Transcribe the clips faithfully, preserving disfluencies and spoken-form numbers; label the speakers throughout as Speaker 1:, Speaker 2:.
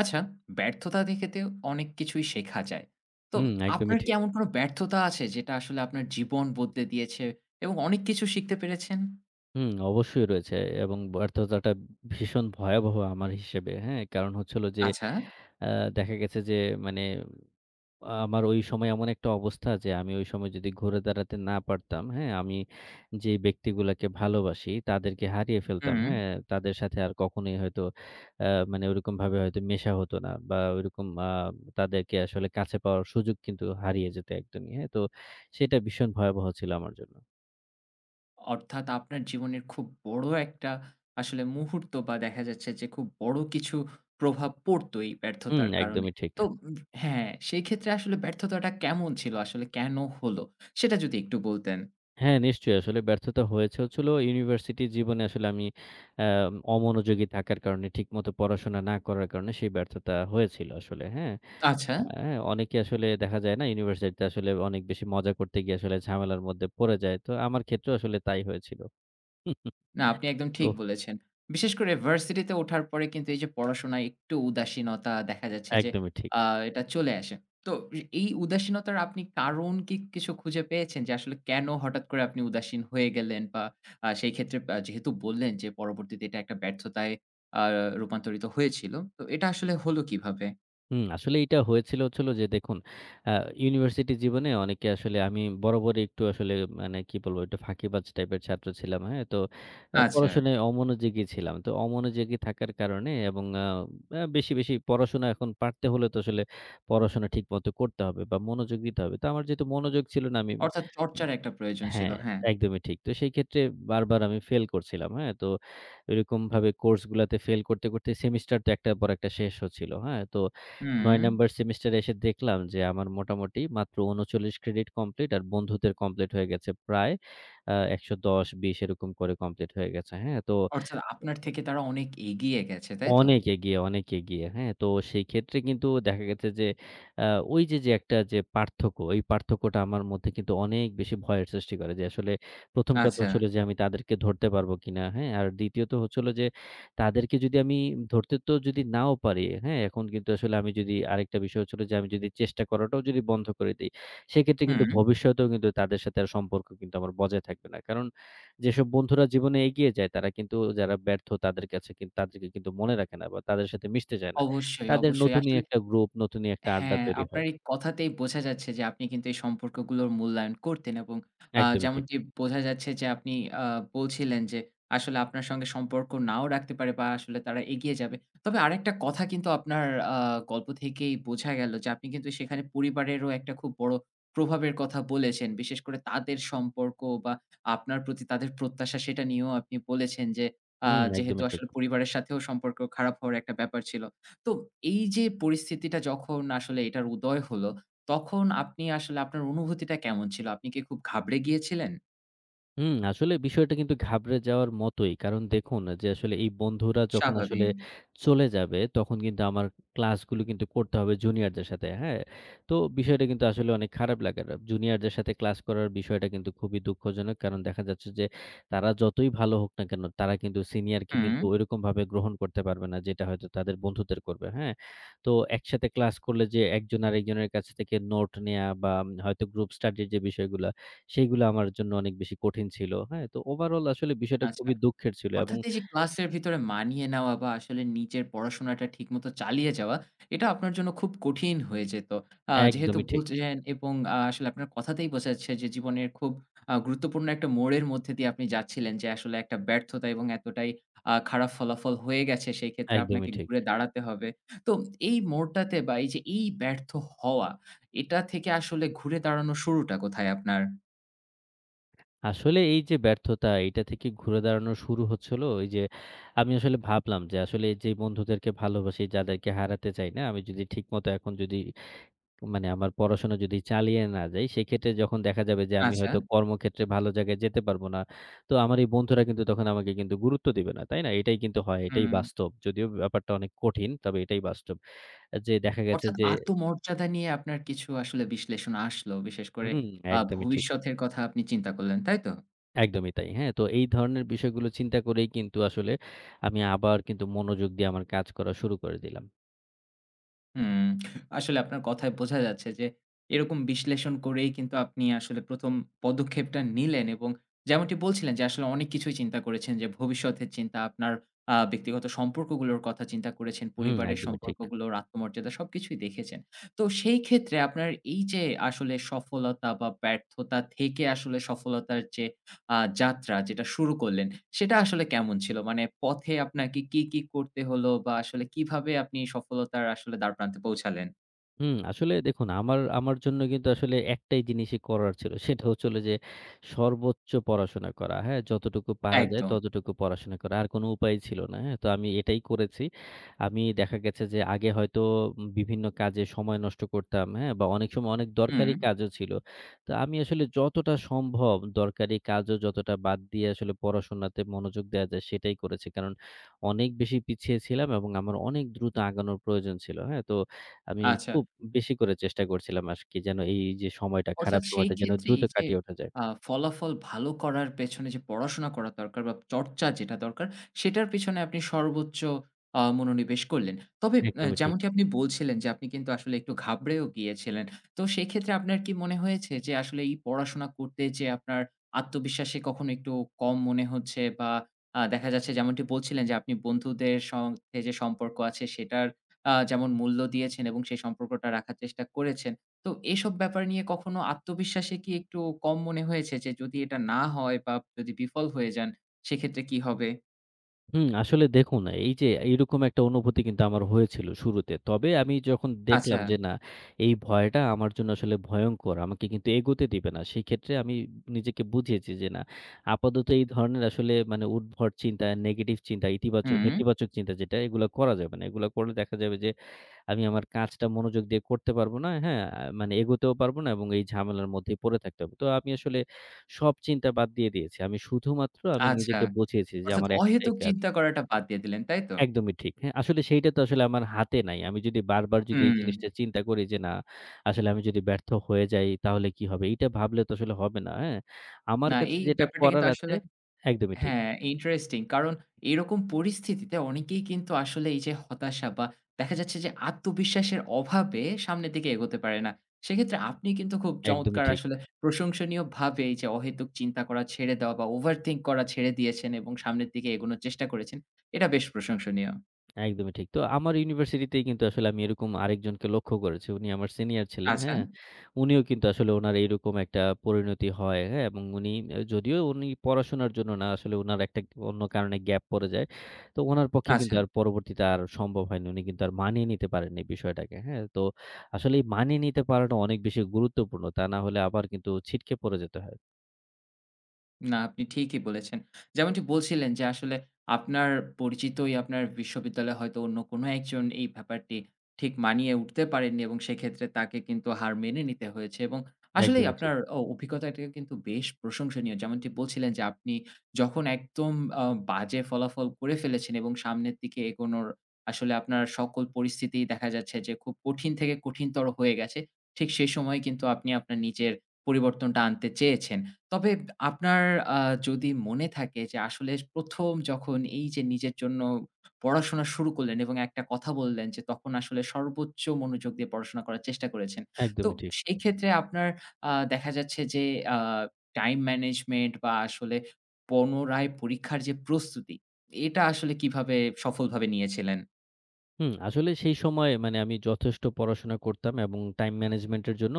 Speaker 1: আচ্ছা, ব্যর্থতা থেকে তো অনেক কিছুই শেখা যায়। তো
Speaker 2: হুম, একদমই
Speaker 1: আপনার কি
Speaker 2: ঠিক।
Speaker 1: এমন কোনো ব্যর্থতা আছে যেটা আসলে আপনার জীবন বদলে দিয়েছে এবং অনেক কিছু শিখতে পেরেছেন?
Speaker 2: হুম, অবশ্যই রয়েছে এবং ব্যর্থতাটা ভীষণ ভয়াবহ আমার হিসেবে, হ্যাঁ? কারণ হচ্ছে হলো যে
Speaker 1: আচ্ছা,
Speaker 2: আ দেখা গেছে যে মানে আমার ওই সময় এমন একটা অবস্থা যে আমি ওই সময় যদি ঘুরে দাঁড়াতে না পারতাম, হ্যাঁ? আমি যে ব্যক্তিগুলাকে ভালোবাসি তাদেরকে হারিয়ে ফেলতাম,
Speaker 1: হুম।
Speaker 2: হ্যাঁ? তাদের সাথে আর কখনোই হয়তো আ মানে ওরকমভাবে হয়তো মেশা হতো না বা ওইরকম আ তাদেরকে আসলে কাছে পাওয়ার সুযোগ কিন্তু হারিয়ে যেত একদমই, হ্যাঁ? তো সেটা ভীষণ ভয়াবহ ছিল আমার জন্য।
Speaker 1: অর্থাৎ আপনার জীবনের খুব বড় একটা আসলে মুহূর্ত বা দেখা যাচ্ছে যে খুব বড় কিছু প্রভাব পড়তো এই
Speaker 2: হুম,
Speaker 1: ব্যর্থতার কারণে।
Speaker 2: একদমই ঠিক।
Speaker 1: তো উম হ্যাঁ, সেই ক্ষেত্রে আসলে ব্যর্থতাটা কেমন ছিল? আসলে কেন হলো? সেটা যদি একটু বলতেন।
Speaker 2: হ্যাঁ, নিশ্চয়ই। আসলে ব্যর্থতা হয়েছে হচ্ছিল ইউনিভার্সিটি জীবনে আসলে আমি আ অমনোযোগী থাকার কারণে, ঠিকমতো পড়াশোনা না করার কারণে সেই ব্যর্থতা হয়েছিল আসলে। হ্যাঁ?
Speaker 1: আচ্ছা।
Speaker 2: আ হ্যাঁ, অনেকে আসলে দেখা যায় না ইউনিভার্সিটিতে আসলে অনেক বেশি মজা করতে গিয়ে আসলে ঝামেলার মধ্যে পড়ে যায়। তো আমার ক্ষেত্রেও আসলে তাই হয়েছিল।
Speaker 1: না, আপনি একদম
Speaker 2: তো
Speaker 1: ঠিক বলেছেন। বিশেষ করে ভার্সিটিতে ওঠার পরে কিন্তু এই যে পড়াশোনায় একটু উদাসীনতা দেখা যাচ্ছে যে
Speaker 2: একদমই ঠিক।
Speaker 1: আ এটা চলে আসে। তো রি এই উদাসীনতার আপনি কারণ কি কিছু খুঁজে পেয়েছেন যে আসলে কেন হঠাৎ করে আপনি উদাসীন হয়ে গেলেন? বা আ সেই ক্ষেত্রে আ যেহেতু বললেন যে পরবর্তীতে এটা একটা ব্যর্থতায় আ রূপান্তরিত হয়েছিল। তো এটা আসলে হলো কিভাবে?
Speaker 2: হুম, আসলে এইটা হয়েছিল হচ্ছিল যে দেখুন আ ইউনিভার্সিটি জীবনে অনেকে আসলে আমি বরাবরই একটু আসলে মানে কি বলবো একটু ফাঁকিবাজ টাইপের ছাত্র ছিলাম। হ্যাঁ? তো আ
Speaker 1: আচ্ছা,
Speaker 2: পড়াশোনায় অমনোযোগী ছিলাম। তো অমনোযোগী থাকার কারণে এবং আ আ বেশি, বেশি পড়াশোনা এখন পারতে হলে তো আসলে পড়াশোনা ঠিকমতো করতে হবে বা মনোযোগ দিতে হবে। তো আমার যেহেতু মনোযোগ ছিল না আমি
Speaker 1: অর্থাৎ
Speaker 2: উম
Speaker 1: চর্চার একটা প্রয়োজন ছিল।
Speaker 2: হ্যাঁ,
Speaker 1: হ্যাঁ।
Speaker 2: একদমই ঠিক। তো সেই ক্ষেত্রে বারবার আমি ফেল করছিলাম। হ্যাঁ? তো এরকমভাবে কোর্সগুলাতে ফেল করতে, করতে সেমিস্টার তো একটার পর একটা শেষ হচ্ছিল। হ্যাঁ? তো
Speaker 1: হুম।
Speaker 2: নয় নাম্বার সেমিস্টারে এসে দেখলাম যে আমার মোটামুটি মাত্র ঊনচল্লিশ ক্রেডিট কমপ্লিট আর বন্ধুদের কমপ্লিট হয়ে গেছে প্রায় আ একশ দশ বিশ এরকম করে কমপ্লিট হয়ে গেছে। হ্যাঁ? তো
Speaker 1: অর্থাৎ আপনার থেকে তারা অনেক এগিয়ে গেছে, তাই তো?
Speaker 2: অনেক এগিয়ে, অনেক এগিয়ে। হ্যাঁ? তো সেই ক্ষেত্রে কিন্তু দেখা গেছে যে আ ওই যে, যে একটা যে পার্থক্য, এই পার্থক্যটা আমার মধ্যে কিন্তু অনেক বেশি ভয়ের সৃষ্টি করে যে আসলে প্রথম কথা
Speaker 1: আচ্ছা।
Speaker 2: হচ্ছে হলো যে আমি তাদেরকে ধরতে পারবো কিনা, হ্যাঁ? আর দ্বিতীয়ত হচ্ছে হলো যে তাদেরকে যদি আমি ধরতে তো যদি নাও পারি, হ্যাঁ? এখন কিন্তু আসলে আমি যদি আরেকটা বিষয় হচ্ছে হলো যে আমি যদি চেষ্টা করাটাও যদি বন্ধ করে দেই, সেক্ষেত্রে
Speaker 1: হুম।
Speaker 2: কিন্তু ভবিষ্যতেও কিন্তু তাদের সাথে আর সম্পর্ক কিন্তু আমার বজায় থাকবে না। কারণ যেসব বন্ধুরা জীবনে এগিয়ে যায় তারা কিন্তু যারা ব্যর্থ তাদের কাছে কিন তাদেরকে কিন্তু মনে রাখে না বা তাদের সাথে মিশতে চায় না।
Speaker 1: অবশ্যই,
Speaker 2: তাদের
Speaker 1: অবশ্যই।
Speaker 2: নতুনই
Speaker 1: আসলে
Speaker 2: একটা গ্রুপ, নতুনই একটা আড্ডা
Speaker 1: হ্যাঁ,
Speaker 2: তৈরি
Speaker 1: আপনার
Speaker 2: হয়।
Speaker 1: এই কথাতেই বোঝা যাচ্ছে যে আপনি কিন্তু এই সম্পর্কগুলোর মূল্যায়ন করতেন এবং আ
Speaker 2: একদমই ঠিক।
Speaker 1: যেমনটি বোঝা যাচ্ছে যে আপনি আ বলছিলেন যে আসলে আপনার সঙ্গে সম্পর্ক নাও রাখতে পারে বা আসলে তারা এগিয়ে যাবে। তবে আরেকটা কথা কিন্তু আপনার আ গল্প থেকেই বোঝা গেল যে আপনি কিন্তু সেখানে পরিবারেরও একটা খুব বড় প্রভাবের কথা বলেছেন। বিশেষ করে তাদের সম্পর্ক বা আপনার প্রতি তাদের প্রত্যাশা সেটা নিয়েও আপনি বলেছেন যে আ
Speaker 2: হুম,
Speaker 1: যেহেতু
Speaker 2: একদমই ঠিক।
Speaker 1: আসলে পরিবারের সাথেও সম্পর্ক খারাপ হওয়ার একটা ব্যাপার ছিল। তো এই যে পরিস্থিতিটা যখন আসলে এটার উদয় হলো, তখন আপনি আসলে আপনার অনুভূতিটা কেমন ছিল? আপনি কি খুব ঘাবড়ে গিয়েছিলেন?
Speaker 2: হুম, আসলে বিষয়টা কিন্তু ঘাবড়ে যাওয়ার মতোই। কারণ দেখুন যে আসলে এই বন্ধুরা যখন আসলে
Speaker 1: স্বাভাবিক।
Speaker 2: চলে যাবে, তখন কিন্তু আমার ক্লাসগুলো কিন্তু করতে হবে জুনিয়রদের সাথে, হ্যাঁ? তো বিষয়টা কিন্তু আসলে অনেক খারাপ লাগার। জুনিয়রদের সাথে ক্লাস করার বিষয়টা কিন্তু খুবই দুঃখজনক। কারণ দেখা যাচ্ছে যে তারা যতই ভালো হোক না কেন, তারা কিন্তু সিনিয়রকে
Speaker 1: হুম,
Speaker 2: কিন্তু ঐরকমভাবে গ্রহণ করতে পারবে না, যেটা হয়তো তাদের বন্ধুদের করবে, হ্যাঁ? তো একসাথে ক্লাস করলে যে একজন আরেকজনের কাছ থেকে নোট নেয়া বা হয়তো গ্রুপ স্টাডির যে বিষয়গুলা সেইগুলা আমার জন্য অনেক বেশি কঠিন ছিল। হ্যাঁ? তো ওভারঅল আসলে বিষয়টা
Speaker 1: আচ্ছা।
Speaker 2: খুবই দুঃখের ছিল এবং
Speaker 1: অর্থাৎ এই যে ক্লাসের ভিতরে মানিয়ে নেওয়া বা আসলে নিজের পড়াশোনাটা ঠিকমতো চালিয়ে যাওয়া, এটা আপনার জন্য খুব কঠিন হয়ে যেত। আ যেহেতু
Speaker 2: একদমই ঠিক,
Speaker 1: বলছিলেন এবং আ আসলে আপনার কথাতেই বোঝা যাচ্ছে যে জীবনের খুব আ গুরুত্বপূর্ণ একটা মোড়ের মধ্যে দিয়ে আপনি যাচ্ছিলেন যে আসলে একটা ব্যর্থতা এবং এতটাই আ খারাপ ফলাফল হয়ে গেছে সেই ক্ষেত্রে আপনাকে
Speaker 2: একদমই ঠিক।
Speaker 1: ঘুরে দাঁড়াতে হবে। তো এই মোড়টাতে বা এই যে এই ব্যর্থ হওয়া, এটা থেকে আসলে ঘুরে দাঁড়ানোর শুরুটা কোথায় আপনার?
Speaker 2: আসলে এই যে ব্যর্থতা এইটা থেকে ঘুরে দাঁড়ানো শুরু হচ্ছে হলো এই যে আমি আসলে ভাবলাম যে আসলে যে বন্ধুদেরকে ভালোবাসি, যাদেরকে হারাতে চাই না, আমি যদি ঠিকমতো এখন যদি মানে আমার পড়াশোনা যদি চালিয়ে না যাই, সেক্ষেত্রে যখন দেখা যাবে যে আমি
Speaker 1: আচ্ছা,
Speaker 2: হয়তো কর্মক্ষেত্রে ভালো জায়গায় যেতে পারবো না। তো আমার এই বন্ধুরা কিন্তু তখন আমাকে কিন্তু গুরুত্ব দিবে না। তাই না? এটাই কিন্তু হয়, এটাই
Speaker 1: হুম।
Speaker 2: বাস্তব। যদিও ব্যাপারটা অনেক কঠিন, তবে এটাই বাস্তব। যে দেখা গেছে
Speaker 1: অর্থাৎ
Speaker 2: যে
Speaker 1: আত্মমর্যাদা নিয়ে আপনার কিছু আসলে বিশ্লেষণ আসলো। বিশেষ করে
Speaker 2: হুম,
Speaker 1: আ
Speaker 2: একদমই ঠিক।
Speaker 1: ভবিষ্যতের কথা আপনি চিন্তা করলেন, তাই তো?
Speaker 2: একদমই তাই। হ্যাঁ? তো এই ধরনের বিষয়গুলো চিন্তা করেই কিন্তু আসলে আমি আবার কিন্তু মনোযোগ দিয়ে আমার কাজ করা শুরু করে দিলাম।
Speaker 1: হুম, আসলে আপনার কথায় বোঝা যাচ্ছে যে এরকম বিশ্লেষণ করেই কিন্তু আপনি আসলে প্রথম পদক্ষেপটা নিলেন এবং যেমনটি বলছিলেন যে আসলে অনেক কিছুই চিন্তা করেছেন যে ভবিষ্যতের চিন্তা, আপনার আ ব্যক্তিগত সম্পর্কগুলোর কথা চিন্তা করেছেন,
Speaker 2: হুম,
Speaker 1: পরিবারের
Speaker 2: একদমই ঠিক।
Speaker 1: সম্পর্কগুলোর আত্মমর্যাদা সবকিছুই দেখেছেন। তো সেই ক্ষেত্রে আপনার এই যে আসলে সফলতা বা ব্যর্থতা থেকে আসলে সফলতার যে আ যাত্রা যেটা শুরু করলেন, সেটা আসলে কেমন ছিল? মানে পথে আপনাকে কি, কি করতে হলো বা আসলে কিভাবে আপনি সফলতার আসলে দ্বারপ্রান্তে পৌঁছালেন?
Speaker 2: হুম, আসলে দেখুন আমার আমার জন্য কিন্তু আসলে একটাই জিনিসই করার ছিল। সেটা হচ্ছিল যে সর্বোচ্চ পড়াশোনা করা। হ্যাঁ? যতটুকু পারা যায়
Speaker 1: একদম।
Speaker 2: ততটুকু পড়াশোনা করা। আর কোনো উপায় ছিল না। হ্যাঁ? তো আমি এটাই করেছি। আমি দেখা গেছে যে আগে হয়তো উম বিভিন্ন কাজে সময় নষ্ট করতাম। হ্যাঁ? বা অনেক সময় অনেক
Speaker 1: হুম,
Speaker 2: দরকারি কাজও ছিল। তো আমি আসলে যতটা সম্ভব দরকারি কাজও যতটা বাদ দিয়ে আসলে পড়াশোনাতে মনোযোগ দেয়া যায় সেটাই করেছি। কারণ অনেক বেশি পিছিয়ে ছিলাম এবং আমার অনেক দ্রুত আগানোর প্রয়োজন ছিল। হ্যাঁ? তো আমি
Speaker 1: আচ্ছা।
Speaker 2: খুব বেশি করে চেষ্টা করছিলাম আরকি যেন এই যে সময়টা,
Speaker 1: অর্থাৎ
Speaker 2: খারাপ
Speaker 1: সেই
Speaker 2: সময়টা যেন
Speaker 1: ক্ষেত্রে
Speaker 2: দ্রুত
Speaker 1: এই যে
Speaker 2: কাটিয়ে ওঠা যায়।
Speaker 1: আ ফলাফল ভালো করার পেছনে যে পড়াশোনা করা দরকার বা চর্চা যেটা দরকার, সেটার পেছনে আপনি সর্বোচ্চ আ মনোনিবেশ করলেন। তবে অ্যা
Speaker 2: একদমই ঠিক।
Speaker 1: যেমনটি আপনি বলছিলেন যে আপনি কিন্তু আসলে একটু ঘাবড়েও গিয়েছিলেন। তো সেক্ষেত্রে আপনার কি মনে হয়েছে যে আসলে এই পড়াশোনা করতে যেয়ে আপনার আত্মবিশ্বাসে কখনো একটু কম মনে হচ্ছে বা আ দেখা যাচ্ছে যেমনটি বলছিলেন যে আপনি বন্ধুদের সঙ্গে যে সম্পর্ক আছে সেটার আ যেমন মূল্য দিয়েছেন এবং সেই সম্পর্কটা রাখার চেষ্টা করেছেন। তো এসব ব্যাপার নিয়ে কখনো আত্মবিশ্বাসে কি একটু কম মনে হয়েছে যে যদি এটা না হয় বা যদি বিফল হয়ে যান সেক্ষেত্রে কি হবে?
Speaker 2: হুম, আসলে দেখুন এই যে এইরকম একটা অনুভূতি কিন্তু আমার হয়েছিল শুরুতে। তবে আমি যখন
Speaker 1: আচ্ছা,
Speaker 2: দেখলাম যে না, এই ভয়টা আমার জন্য আসলে ভয়ংকর। আমাকে কিন্তু এগোতে দিবে না। সেক্ষেত্রে আমি নিজেকে বুঝিয়েছি যে না, আপাতত এই ধরনের আসলে মানে উদ্ভট চিন্তা, নেগেটিভ চিন্তা, ইতিবাচক
Speaker 1: হুম,
Speaker 2: নেতিবাচক চিন্তা যেটা এগুলা করা যাবে না। এগুলা করলে দেখা যাবে যে আমি আমার কাজটা মনোযোগ দিয়ে করতে পারব না। হ্যাঁ, আহ, মানে এগোতেও পারব না এবং এই ঝামেলার মধ্যেই পড়ে থাকতে হবে। তো আমি আসলে সব চিন্তা বাদ দিয়ে দিয়েছি। আমি শুধুমাত্র আমি
Speaker 1: আচ্ছা।
Speaker 2: নিজেকে বুঝিয়েছি যে
Speaker 1: অর্থাৎ
Speaker 2: আমার একটাই
Speaker 1: অহেতুক
Speaker 2: কাজ
Speaker 1: চিন্তা করাটা বাদ দিয়ে দিলেন, তাই তো?
Speaker 2: একদমই ঠিক। হ্যাঁ, আসলে সেইটা তো আসলে আমার হাতে নাই। আমি যদি বারবার যদি এই
Speaker 1: হুম।
Speaker 2: জিনিসটা চিন্তা করি যে, না আসলে আমি যদি ব্যর্থ হয়ে যাই তাহলে কি হবে? এইটা ভাবলে তো আসলে হবে না। হ্যাঁ? আমার
Speaker 1: না
Speaker 2: কাছে
Speaker 1: এই
Speaker 2: যেটা
Speaker 1: ব্যাপারটা
Speaker 2: করার
Speaker 1: কিন্তু
Speaker 2: আছে
Speaker 1: আসলে
Speaker 2: একদমই ঠিক,
Speaker 1: হ্যাঁ, ইন্টারেস্টিং। কারণ এরকম পরিস্থিতিতে অনেকেই কিন্তু আসলে এই যে হতাশা বা দেখা যাচ্ছে যে আত্মবিশ্বাসের অভাবে সামনের দিকে এগোতে পারে না। সেক্ষেত্রে আপনি কিন্তু খুব
Speaker 2: একদমই
Speaker 1: চমৎকার
Speaker 2: ঠিক।
Speaker 1: আসলে প্রশংসনীয়ভাবে এই যে অহেতুক চিন্তা করা ছেড়ে দেওয়া বা ওভারথিংক করা ছেড়ে দিয়েছেন এবং সামনের দিকে এগোনোর চেষ্টা করেছেন। এটা বেশ প্রশংসনীয়।
Speaker 2: একদমই ঠিক। তো আমার ইউনিভার্সিটিতেই কিন্তু আসলে আমি এরকম আরেকজনকে লক্ষ্য করেছি। উনি আমার সিনিয়র ছিলেন,
Speaker 1: আচ্ছা,
Speaker 2: হ্যাঁ? উনিও কিন্তু আসলে উনার এইরকম একটা পরিণতি হয়, হ্যাঁ? এবং উনি আ যদিও উনি পড়াশোনার জন্য না আসলে উনার একটা অন্য কারণে গ্যাপ পড়ে যায়। তো উনার পক্ষে
Speaker 1: আচ্ছা।
Speaker 2: কিন্তু আর পরবর্তীতে আর সম্ভব হয়নি। উনি কিন্তু আর মানিয়ে নিতে পারেননি বিষয়টাকে, হ্যাঁ? তো আসলে এই মানিয়ে নিতে পারাটা অনেক বেশি গুরুত্বপূর্ণ। তা না হলে আবার কিন্তু ছিটকে পড়ে যেতে হয়।
Speaker 1: না, আপনি ঠিকই বলেছেন। যেমনটি বলছিলেন যে আসলে আপনার পরিচিতই আপনার বিশ্ববিদ্যালয়ে হয়তো অন্য কোনো একজন এই ব্যাপারটি ঠিক মানিয়ে উঠতে পারেননি এবং সেক্ষেত্রে তাকে কিন্তু হার মেনে নিতে হয়েছে এবং আসলেই
Speaker 2: একদমই ঠিক,
Speaker 1: আপনার অ অভিজ্ঞতাটা কিন্তু বেশ প্রশংসনীয়। যেমনটি বলছিলেন যে আপনি যখন একদম আ বাজে ফলাফল করে ফেলেছেন এবং সামনের দিকে এগোনোর আসলে আপনার সকল পরিস্থিতিই দেখা যাচ্ছে যে খুব কঠিন থেকে কঠিনতর হয়ে গেছে। ঠিক সেই সময় কিন্তু আপনি আপনার নিজের পরিবর্তনটা আনতে চেয়েছেন। তবে আপনার আ যদি মনে থাকে যে আসলে প্রথম যখন এই যে নিজের জন্য পড়াশোনা শুরু করলেন এবং একটা কথা বললেন যে তখন আসলে সর্বোচ্চ মনোযোগ দিয়ে পড়াশোনা করার চেষ্টা করেছেন। তো
Speaker 2: একদমই ঠিক।
Speaker 1: সেই ক্ষেত্রে আপনার আ দেখা যাচ্ছে যে আ টাইম ম্যানেজমেন্ট বা আসলে পুনরায় পরীক্ষার যে প্রস্তুতি, এটা আসলে কিভাবে সফলভাবে নিয়েছিলেন?
Speaker 2: হুম, আসলে সেই সময় মানে আমি যথেষ্ট পড়াশোনা করতাম এবং টাইম ম্যানেজমেন্টের জন্য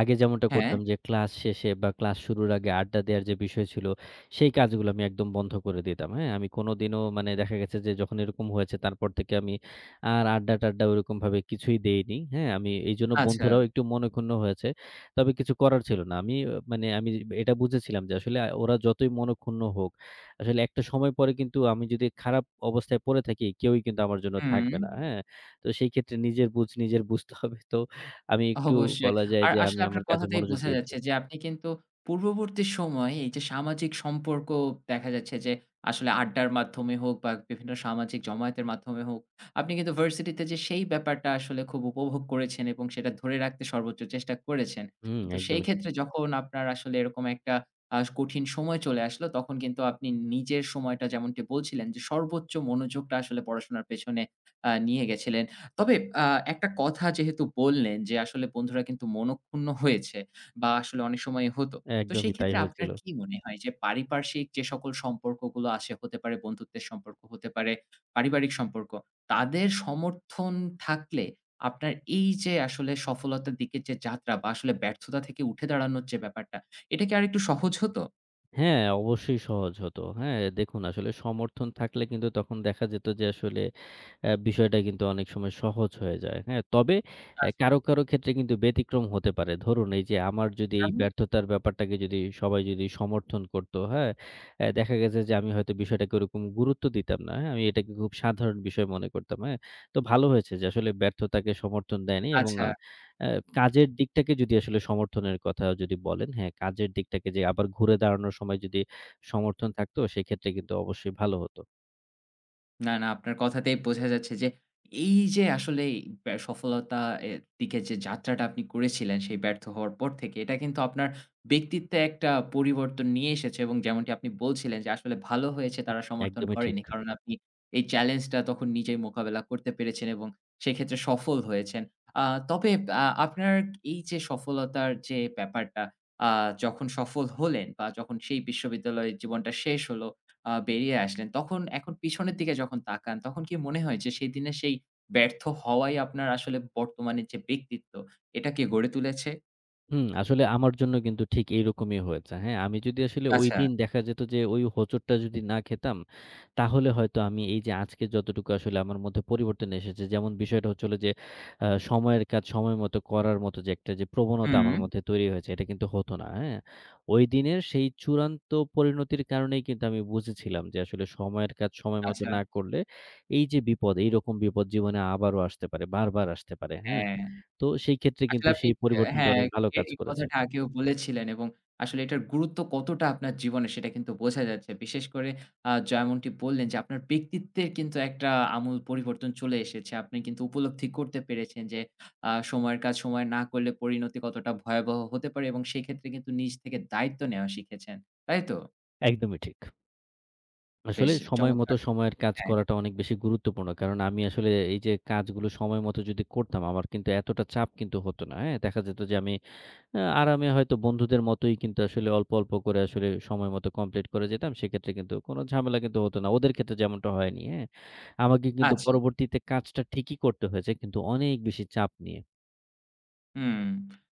Speaker 2: আগে যেমনটা
Speaker 1: হ্যাঁ,
Speaker 2: করতাম যে ক্লাস শেষে বা ক্লাস শুরুর আগে আড্ডা দেওয়ার যে বিষয় ছিল, সেই কাজগুলো আমি একদম বন্ধ করে দিতাম। হ্যাঁ? আমি কোনোদিনও মানে দেখা গেছে যে যখন এরকম হয়েছে তারপর থেকে আমি আর আড্ডা-টাড্ডা ওরকমভাবে কিছুই দেইনি। হ্যাঁ? আমি এইজন্য
Speaker 1: আচ্ছা।
Speaker 2: বন্ধুরাও একটু মনঃক্ষুণ্ণ হয়েছে। তবে কিছু করার ছিল না। আমি আহ, মানে আমি এটা বুঝেছিলাম যে আসলে আ ওরা যতই মনঃক্ষুণ্ণ হোক আসলে একটা সময় পরে কিন্তু আমি যদি খারাপ অবস্থায় পড়ে থাকি, কেউই কিন্তু আমার জন্য
Speaker 1: হুম।
Speaker 2: থাকবে না। হ্যাঁ? তো সেই ক্ষেত্রে নিজের বুঝ নিজের বুঝতে হবে। তো আমি একটু
Speaker 1: অবশ্যই।
Speaker 2: বলা যায়
Speaker 1: আর
Speaker 2: যে আমি
Speaker 1: আসলে আপনার
Speaker 2: আমার কাজে
Speaker 1: কথাতেই
Speaker 2: মনোযোগ
Speaker 1: বোঝা
Speaker 2: দিয়েছি।
Speaker 1: যাচ্ছে যে আপনি কিন্তু পূর্ববর্তী সময়ে এই যে সামাজিক সম্পর্ক দেখা যাচ্ছে যে আসলে আড্ডার মাধ্যমে হোক বা বিভিন্ন সামাজিক জমায়েতের মাধ্যমে হোক, আপনি কিন্তু ভার্সিটিতে যে সেই ব্যাপারটা আসলে খুব উপভোগ করেছেন এবং সেটা ধরে রাখতে সর্বোচ্চ চেষ্টা করেছেন।
Speaker 2: হুম,
Speaker 1: কিন্তু সেই
Speaker 2: একদমই ঠিক।
Speaker 1: ক্ষেত্রে যখন আপনার আসলে এরকম একটা আ কঠিন সময় চলে আসলো তখন কিন্তু আপনি নিজের সময়টা যেমনটি বলছিলেন যে সর্বোচ্চ মনোযোগটা আসলে পড়াশোনার পেছনে আ নিয়ে গেছিলেন। তবে আ একটা কথা যেহেতু বললেন যে, আসলে বন্ধুরা কিন্তু মনঃক্ষুণ্ণ হয়েছে বা আসলে অনেক সময় হতো। তো সেই
Speaker 2: একদমই তাই
Speaker 1: ক্ষেত্রে আপনার
Speaker 2: হয়েছিল।
Speaker 1: কি মনে হয় যে, পারিপার্শ্বিক যে সকল সম্পর্কগুলো আছে, হতে পারে বন্ধুত্বের সম্পর্ক, হতে পারে পারিবারিক সম্পর্ক, তাদের সমর্থন থাকলে আপনার এই যে আসলে সফলতার দিকে যে যাত্রা বা আসলে ব্যর্থতা থেকে উঠে দাঁড়ানোর যে ব্যাপারটা, এটা কি আরেকটু সহজ হতো?
Speaker 2: হ্যাঁ, অবশ্যই সহজ হতো। হ্যাঁ, দেখুন আসলে সমর্থন থাকলে কিন্তু তখন দেখা যেত যে আসলে অ্যা বিষয়টা কিন্তু অনেক সময় সহজ হয়ে যায়। হ্যাঁ? তবে অ্যা
Speaker 1: আচ্ছা,
Speaker 2: কারো, কারো ক্ষেত্রে কিন্তু ব্যতিক্রম হতে পারে। ধরুন এই যে আমার যদি এই
Speaker 1: যেমন?
Speaker 2: ব্যর্থতার ব্যাপারটাকে যদি সবাই যদি সমর্থন করত, হ্যাঁ? অ্যা দেখা গেছে যে আমি হয়তো বিষয়টাকে ওরকম গুরুত্ব দিতাম না। হ্যাঁ? আমি এটাকে খুব সাধারণ বিষয় মনে করতাম। হ্যাঁ? তো ভালো হয়েছে যে আসলে ব্যর্থতাকে সমর্থন দেয়নি এবং
Speaker 1: আচ্ছা।
Speaker 2: আ অ্যা কাজের দিকটাকে যদি আসলে সমর্থনের কথা যদি বলেন, হ্যাঁ, কাজের দিকটাকে যে আবার ঘুরে দাঁড়ানোর সময় যদি সমর্থন থাকতো, সেক্ষেত্রে কিন্তু অবশ্যই ভালো হতো।
Speaker 1: না, না আপনার কথাতেই বোঝা যাচ্ছে যে এই যে আসলে ব্যা সফলতা এর দিকে যে যাত্রাটা আপনি করেছিলেন সেই ব্যর্থ হওয়ার পর থেকে এটা কিন্তু আপনার ব্যক্তিত্বে একটা পরিবর্তন নিয়ে এসেছে এবং যেমনটি আপনি বলছিলেন যে আসলে ভালো হয়েছে
Speaker 2: হুম।
Speaker 1: তারা সমর্থন
Speaker 2: একদমই ঠিক।
Speaker 1: করেনি। কারণ আপনি এই চ্যালেঞ্জটা তখন নিজেই মোকাবেলা করতে পেরেছেন এবং সেক্ষেত্রে সফল হয়েছেন। আ তবে আ আপনার এই যে সফলতার যে ব্যাপারটা আ যখন সফল হলেন বা যখন সেই বিশ্ববিদ্যালয়ের জীবনটা শেষ হলো আ বেরিয়ে আসলেন। তখন এখন পিছনের দিকে যখন তাকান, তখন কি মনে হয় যে সেই দিনের সেই ব্যর্থ হওয়াই আপনার আসলে বর্তমানের যে ব্যক্তিত্ব, এটাকে গড়ে তুলেছে?
Speaker 2: হুম, আসলে আমার জন্য কিন্তু ঠিক এইরকমই হয়েছে। হ্যাঁ? আমি যদি আসলে
Speaker 1: আচ্ছা।
Speaker 2: ঐদিন দেখা যেত যে ওই হোঁচটটা যদি না খেতাম, তাহলে হয়তো আমি এই যে আজকে যতটুকু আসলে আমার মধ্যে পরিবর্তন এসেছে, যেমন বিষয়টা হচ্ছিল যে আ সময়ের কাজ সময় মতো করার মতো যে একটা যে প্রবণতা
Speaker 1: হুম।
Speaker 2: আমার মধ্যে তৈরি হয়েছে, এটা কিন্তু হতো না। হ্যাঁ? ঐদিনের সেই চূড়ান্ত পরিণতির কারণেই কিন্তু আমি বুঝেছিলাম যে আসলে সময়ের কাজ সময় মতো
Speaker 1: আচ্ছা।
Speaker 2: না করলে এই যে বিপদ, এইরকম বিপদ জীবনে আবারও আসতে পারে, বারবার আসতে পারে। হ্যাঁ?
Speaker 1: হ্যাঁ।
Speaker 2: তো সেই ক্ষেত্রে
Speaker 1: আসলে
Speaker 2: কিন্তু
Speaker 1: আপনি
Speaker 2: সেই
Speaker 1: অ্যা
Speaker 2: পরিবর্তনটা
Speaker 1: হ্যাঁ,
Speaker 2: অনেক ভালো
Speaker 1: এ
Speaker 2: কাজ
Speaker 1: এই
Speaker 2: করেছে।
Speaker 1: কথাটা আগেও বলেছিলেন এবং আসলে এটার গুরুত্ব কতটা আপনার জীবনে সেটা কিন্তু বোঝা যাচ্ছে। বিশেষ করে আ যেমনটি বললেন যে আপনার ব্যক্তিত্বের কিন্তু একটা আমূল পরিবর্তন চলে এসেছে। আপনি কিন্তু উপলব্ধি করতে পেরেছেন যে আ সময়ের কাজ সময় না করলে পরিণতি কতটা ভয়াবহ হতে পারে এবং সেক্ষেত্রে কিন্তু নিজ থেকে দায়িত্ব নেওয়া শিখেছেন। তাই তো?
Speaker 2: একদমই ঠিক। আসলে
Speaker 1: বেশ
Speaker 2: সময় মতো
Speaker 1: চমৎকার!
Speaker 2: সময়ের কাজ
Speaker 1: হ্যাঁ,
Speaker 2: করাটা অনেক বেশি গুরুত্বপূর্ণ। কারণ আমি আসলে এই যে কাজগুলো সময় মতো যদি করতাম আমার কিন্তু এতটা চাপ কিন্তু হতো না। হ্যাঁ? দেখা যেত যে আমি আ আরামে হয়তো বন্ধুদের মতোই কিন্তু আসলে অল্প, অল্প করে আসলে সময় মতো কমপ্লিট করে যেতাম। সেক্ষেত্রে কিন্তু কোনো ঝামেলা কিন্তু হতো না। ওদের ক্ষেত্রে যেমনটা হয়নি। হ্যাঁ? আমাকে কিন্তু
Speaker 1: আচ্ছা।
Speaker 2: পরবর্তীতে কাজটা ঠিকই করতে হয়েছে কিন্তু অনেক বেশি চাপ নিয়ে।
Speaker 1: হুম।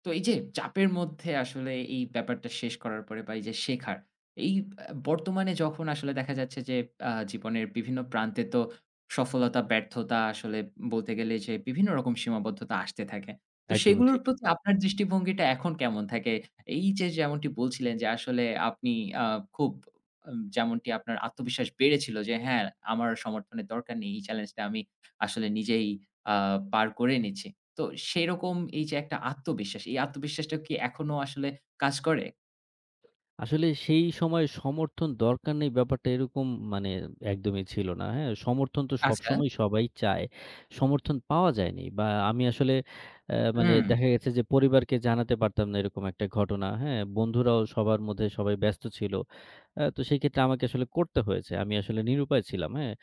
Speaker 1: তো এই যে চাপের মধ্যে আসলে এই ব্যাপারটা শেষ করার পরে বা এই যে শেখার, এই আ বর্তমানে যখন আসলে দেখা যাচ্ছে যে আ জীবনের বিভিন্ন প্রান্তে তো সফলতা, ব্যর্থতা আসলে বলতে গেলে যে বিভিন্ন রকম সীমাবদ্ধতা আসতে থাকে। তো
Speaker 2: একদমই
Speaker 1: সেগুলোর
Speaker 2: ঠিক।
Speaker 1: প্রতি আপনার দৃষ্টিভঙ্গিটা এখন কেমন থাকে? এই যে যেমনটি বলছিলেন যে আসলে আপনি আ খুব আম যেমনটি আপনার আত্মবিশ্বাস বেড়েছিল যে হ্যাঁ, আমার সমর্থনের দরকার নেই। এই চ্যালেঞ্জটা আমি আসলে নিজেই আ পার করে নিচ্ছি। তো সেইরকম এই যে একটা আত্মবিশ্বাস, এই আত্মবিশ্বাসটা কি এখনো আসলে কাজ করে?
Speaker 2: আসলে সেই সময়ে সমর্থন দরকার নেই ব্যাপারটা এরকম মানে একদমই ছিল না। হ্যাঁ? সমর্থন তো
Speaker 1: আচ্ছা।
Speaker 2: সবসময় সবাই চায়। সমর্থন পাওয়া যায়নি বা আমি আসলে অ্যা মানে
Speaker 1: হুম,
Speaker 2: দেখা গেছে যে পরিবারকে জানাতে পারতাম না এরকম একটা ঘটনা। হ্যাঁ? বন্ধুরাও সবার মধ্যে সবাই ব্যস্ত ছিল। অ্যা তো সেই ক্ষেত্রে আমাকে আসলে করতে হয়েছে। আমি আসলে নিরুপায় ছিলাম। হ্যাঁ?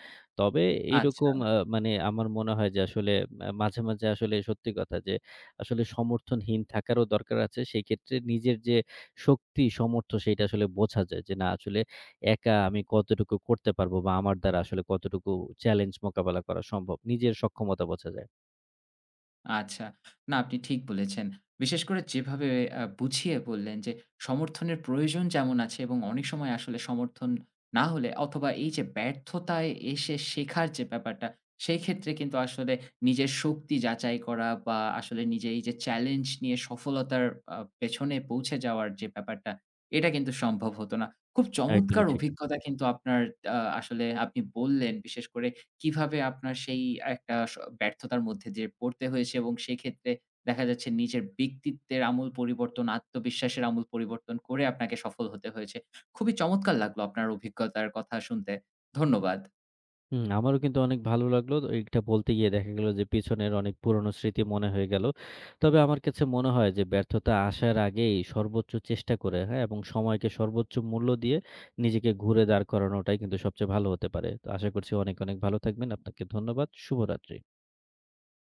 Speaker 2: তবে
Speaker 1: আচ্ছা।
Speaker 2: এইরকম আ মানে আমার মনে হয় যে আসলে আ মাঝে, মাঝে আসলে সত্যি কথা যে আসলে সমর্থনহীন থাকারও দরকার আছে। সেই ক্ষেত্রে নিজের যে শক্তি, সমর্থ সেটা আসলে বোঝা যায় যে না আসলে একা আমি কতটুকু করতে পারবো বা আমার দ্বারা আসলে কতটুকু চ্যালেঞ্জ মোকাবেলা করা সম্ভব। নিজের সক্ষমতা বোঝা যায়।
Speaker 1: আচ্ছা। না, আপনি ঠিক বলেছেন। বিশেষ করে যেভাবে আ বুঝিয়ে বললেন যে, সমর্থনের প্রয়োজন যেমন আছে এবং অনেক সময় আসলে সমর্থন না হলে অথবা এই যে ব্যর্থতায় এসে শেখার যে ব্যাপারটা, সেক্ষেত্রে কিন্তু আসলে নিজের শক্তি যাচাই করা বা আসলে নিজে এই যে চ্যালেঞ্জ নিয়ে সফলতার আ পেছনে পৌঁছে যাওয়ার যে ব্যাপারটা, এটা কিন্তু সম্ভব হতো না। খুব চমৎকার
Speaker 2: একদমই ঠিক।
Speaker 1: অভিজ্ঞতা কিন্তু আপনার আ আসলে আপনি বললেন। বিশেষ করে কিভাবে আপনার সেই একটা স ব্যর্থতার মধ্যে দিয়ে পড়তে হয়েছে এবং সেক্ষেত্রে দেখা যাচ্ছে নিজের ব্যক্তিত্বের আমূল পরিবর্তন, আত্মবিশ্বাসের আমূল পরিবর্তন করে আপনাকে সফল হতে হয়েছে। খুবই চমৎকার লাগলো আপনার অভিজ্ঞতার কথা শুনতে। ধন্যবাদ।
Speaker 2: হুম, আমারও কিন্তু অনেক ভালো লাগলো। তো এটা বলতে গিয়ে দেখা গেল যে পিছনের অনেক পুরনো স্মৃতি মনে হয়ে গেল। তবে আমার কাছে মনে হয় যে ব্যর্থতা আসার আগেই সর্বোচ্চ চেষ্টা করে, হ্যাঁ? এবং সময়কে সর্বোচ্চ মূল্য দিয়ে নিজেকে ঘুরে দাঁড় করানোটাই কিন্তু সবচেয়ে ভালো হতে পারে। তো আশা করছি অনেক, অনেক ভালো থাকবেন। আপনাকে ধন্যবাদ। শুভরাত্রি।